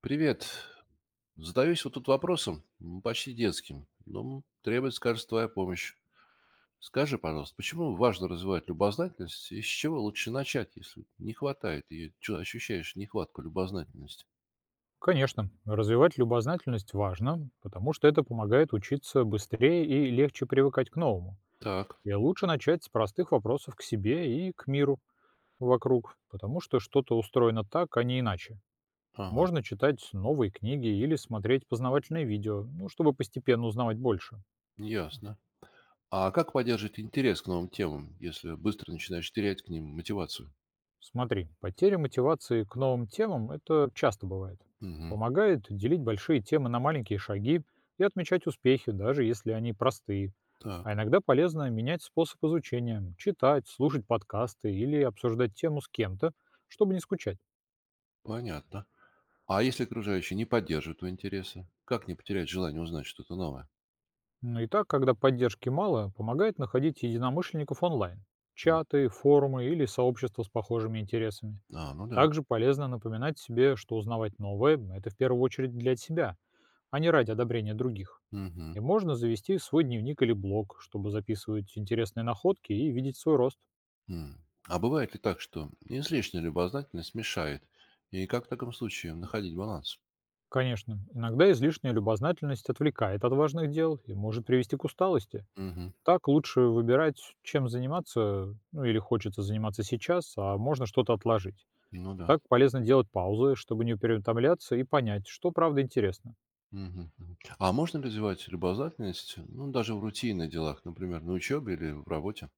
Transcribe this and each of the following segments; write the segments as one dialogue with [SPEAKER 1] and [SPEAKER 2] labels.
[SPEAKER 1] Привет. Задаюсь вот тут вопросом, почти детским, но требуется, кажется, твоя помощь. Скажи, пожалуйста, почему важно развивать любознательность и с чего лучше начать, если не хватает ее? Чё, ощущаешь нехватку любознательности?
[SPEAKER 2] Конечно, развивать любознательность важно, потому что это помогает учиться быстрее и легче привыкать к новому.
[SPEAKER 1] Так,
[SPEAKER 2] И лучше начать с простых вопросов к себе и к миру вокруг, потому что что-то устроено так, а не иначе.
[SPEAKER 1] ага,
[SPEAKER 2] Можно читать новые книги или смотреть познавательные видео, ну, чтобы постепенно узнавать больше.
[SPEAKER 1] ясно. А как поддерживать интерес к новым темам, если быстро начинаешь терять к ним мотивацию?
[SPEAKER 2] Смотри, потеря мотивации к новым темам – это часто бывает.
[SPEAKER 1] Мгм.
[SPEAKER 2] Помогает делить большие темы на маленькие шаги и отмечать успехи, даже если они простые. А
[SPEAKER 1] Так,
[SPEAKER 2] иногда полезно менять способ изучения, читать, слушать подкасты или обсуждать тему с кем-то, чтобы не скучать.
[SPEAKER 1] понятно. А если окружающие не поддерживают твои интересы, как не потерять желание узнать что-то новое?
[SPEAKER 2] Ну и так, когда поддержки мало, помогает находить единомышленников онлайн,
[SPEAKER 1] М,
[SPEAKER 2] чаты, форумы или сообщества с похожими интересами.
[SPEAKER 1] а, ну да.
[SPEAKER 2] Также полезно напоминать себе, что узнавать новое – это в первую очередь для себя, а не ради одобрения других.
[SPEAKER 1] Мгм.
[SPEAKER 2] И можно завести свой дневник или блог, чтобы записывать интересные находки и видеть свой рост.
[SPEAKER 1] М. А бывает ли так, что излишняя любознательность мешает? И как в таком случае находить баланс?
[SPEAKER 2] Конечно, иногда излишняя любознательность отвлекает от важных дел и может привести к усталости.
[SPEAKER 1] Мгм.
[SPEAKER 2] Так лучше выбирать, чем заниматься, ну или хочется заниматься сейчас, а можно что-то отложить.
[SPEAKER 1] Ну да.
[SPEAKER 2] Так полезно делать паузы, чтобы не переутомляться и понять, что правда интересно.
[SPEAKER 1] Мгм. Мгм. А можно развивать любознательность, ну, даже в рутинных делах, например, на учебе или в работе?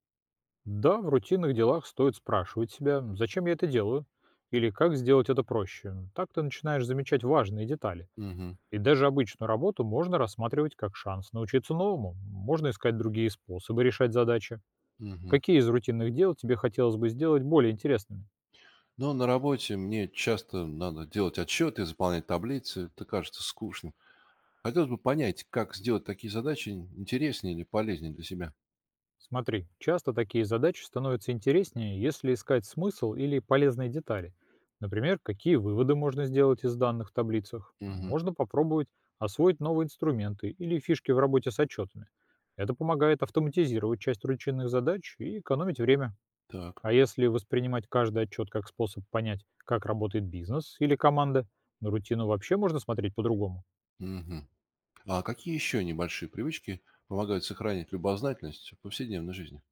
[SPEAKER 2] Да, в рутинных делах стоит спрашивать себя, зачем я это делаю, или как сделать это проще. Так ты начинаешь замечать важные детали.
[SPEAKER 1] Мгм.
[SPEAKER 2] И даже обычную работу можно рассматривать как шанс научиться новому. Можно искать другие способы решать задачи.
[SPEAKER 1] Мгм.
[SPEAKER 2] Какие из рутинных дел тебе хотелось бы сделать более интересными?
[SPEAKER 1] Но на работе мне часто надо делать отчеты, заполнять таблицы. Это кажется скучным. Хотелось бы понять, как сделать такие задачи интереснее или полезнее для себя.
[SPEAKER 2] Смотри, часто такие задачи становятся интереснее, если искать смысл или полезные детали. Например, какие выводы можно сделать из данных в таблицах.
[SPEAKER 1] Мгм.
[SPEAKER 2] Можно попробовать освоить новые инструменты или фишки в работе с отчетами. Это помогает автоматизировать часть рутинных задач и экономить время.
[SPEAKER 1] Так.
[SPEAKER 2] А если воспринимать каждый отчет как способ понять, как работает бизнес или команда, на рутину вообще можно смотреть по-другому.
[SPEAKER 1] Мгм. А какие еще небольшие привычки помогают сохранить любознательность в повседневной жизни?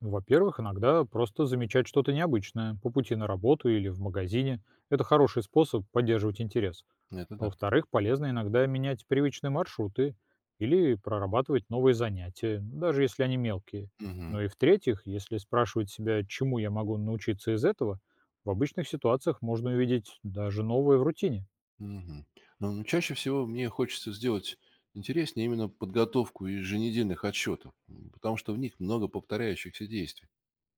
[SPEAKER 2] Ну, во-первых, иногда просто замечать что-то необычное по пути на работу или в магазине. Это хороший способ поддерживать интерес.
[SPEAKER 1] Это
[SPEAKER 2] А
[SPEAKER 1] да.
[SPEAKER 2] во-вторых, полезно иногда менять привычные маршруты или прорабатывать новые занятия, даже если они мелкие. Ну
[SPEAKER 1] Мгм.
[SPEAKER 2] и в-третьих, если спрашивать себя, чему я могу научиться из этого, в обычных ситуациях можно увидеть даже новое в рутине.
[SPEAKER 1] Мгм. Ну, чаще всего мне хочется сделать интереснее именно подготовку еженедельных отчетов, потому что в них много повторяющихся действий.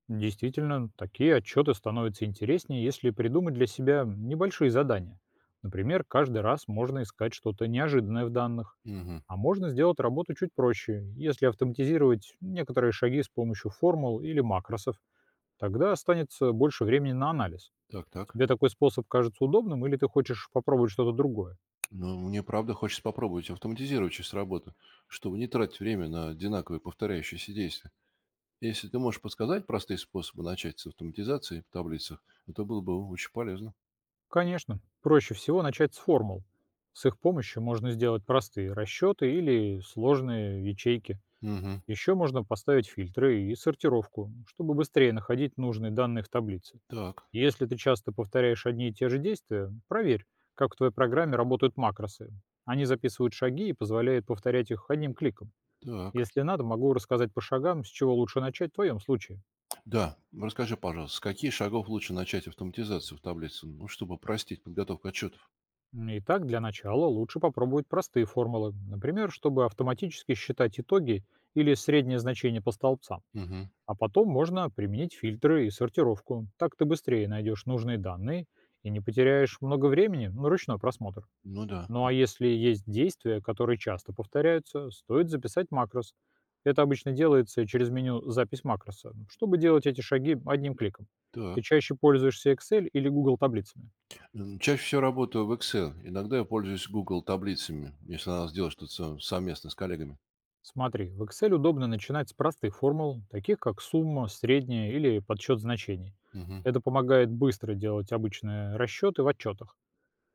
[SPEAKER 2] Действительно, такие отчеты становятся интереснее, если придумать для себя небольшие задания. Например, каждый раз можно искать что-то неожиданное в данных.
[SPEAKER 1] Мгм.
[SPEAKER 2] А можно сделать работу чуть проще, если автоматизировать некоторые шаги с помощью формул или макросов. Тогда останется больше времени на анализ.
[SPEAKER 1] Так, так.
[SPEAKER 2] Тебе такой способ кажется удобным или ты хочешь попробовать что-то другое?
[SPEAKER 1] Ну, мне правда хочется попробовать автоматизировать часть работы, чтобы не тратить время на одинаковые повторяющиеся действия. Если ты можешь подсказать простые способы начать с автоматизации в таблицах, это было бы очень полезно.
[SPEAKER 2] Конечно, проще всего начать с формул. С их помощью можно сделать простые расчеты или сложные ячейки.
[SPEAKER 1] Мгм.
[SPEAKER 2] Еще можно поставить фильтры и сортировку, чтобы быстрее находить нужные данные в таблице.
[SPEAKER 1] Так,
[SPEAKER 2] Если ты часто повторяешь одни и те же действия, проверь, как в твоей программе работают макросы. Они записывают шаги и позволяют повторять их одним кликом.
[SPEAKER 1] так.
[SPEAKER 2] Если надо, могу рассказать по шагам, с чего лучше начать в твоем случае.
[SPEAKER 1] Да, расскажи, пожалуйста, с каких шагов лучше начать автоматизацию в таблице, ну, чтобы простить подготовку отчетов?
[SPEAKER 2] Итак, для начала лучше попробовать простые формулы, например, чтобы автоматически считать итоги или среднее значение по столбцам.
[SPEAKER 1] Мгм.
[SPEAKER 2] А потом можно применить фильтры и сортировку. Так ты быстрее найдешь нужные данные и не потеряешь много времени на ручной просмотр.
[SPEAKER 1] Ну да,
[SPEAKER 2] Ну а если есть действия, которые часто повторяются, стоит записать макрос. Это обычно делается через меню «Запись макроса», чтобы делать эти шаги одним кликом. Ты
[SPEAKER 1] так.
[SPEAKER 2] чаще пользуешься Excel или Google таблицами?
[SPEAKER 1] Чаще всего работаю в Excel. Иногда я пользуюсь Google таблицами, если надо сделать что-то совместно с коллегами.
[SPEAKER 2] Смотри, в Excel удобно начинать с простых формул, таких как сумма, средняя или подсчет значений.
[SPEAKER 1] Мгм.
[SPEAKER 2] Это помогает быстро делать обычные расчеты в отчетах.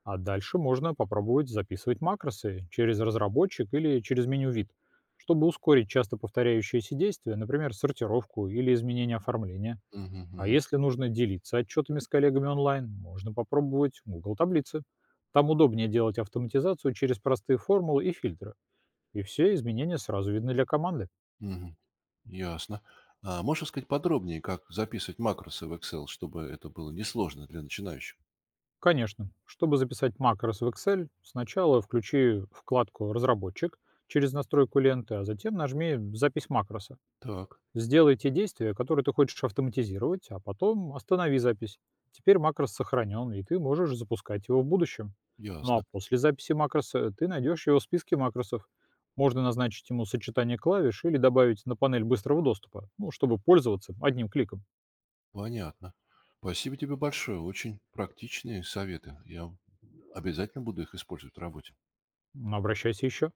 [SPEAKER 2] А дальше можно попробовать записывать макросы через разработчик или через меню вид, чтобы ускорить часто повторяющиеся действия, например, сортировку или изменение оформления.
[SPEAKER 1] Мгм.
[SPEAKER 2] А
[SPEAKER 1] Мгм.
[SPEAKER 2] если нужно делиться отчетами с коллегами онлайн, можно попробовать Google таблицы. Там удобнее делать автоматизацию через простые формулы и фильтры. И все изменения сразу видны для команды.
[SPEAKER 1] Мгм. Ясно. А можешь сказать подробнее, как записывать макросы в Excel, чтобы это было несложно для начинающих?
[SPEAKER 2] Конечно, чтобы записать макрос в Excel, сначала включи вкладку «Разработчик» через настройку ленты, а затем нажми «Запись макроса».
[SPEAKER 1] Так,
[SPEAKER 2] Сделай те действия, которые ты хочешь автоматизировать, а потом останови запись. Теперь макрос сохранен, и ты можешь запускать его в будущем. Ну
[SPEAKER 1] ясно.
[SPEAKER 2] а после записи макроса ты найдешь его в списке макросов. Можно назначить ему сочетание клавиш или добавить на панель быстрого доступа, ну, чтобы пользоваться одним кликом.
[SPEAKER 1] Понятно. Спасибо тебе большое. Очень практичные советы. Я обязательно буду их использовать в работе.
[SPEAKER 2] Обращайся еще.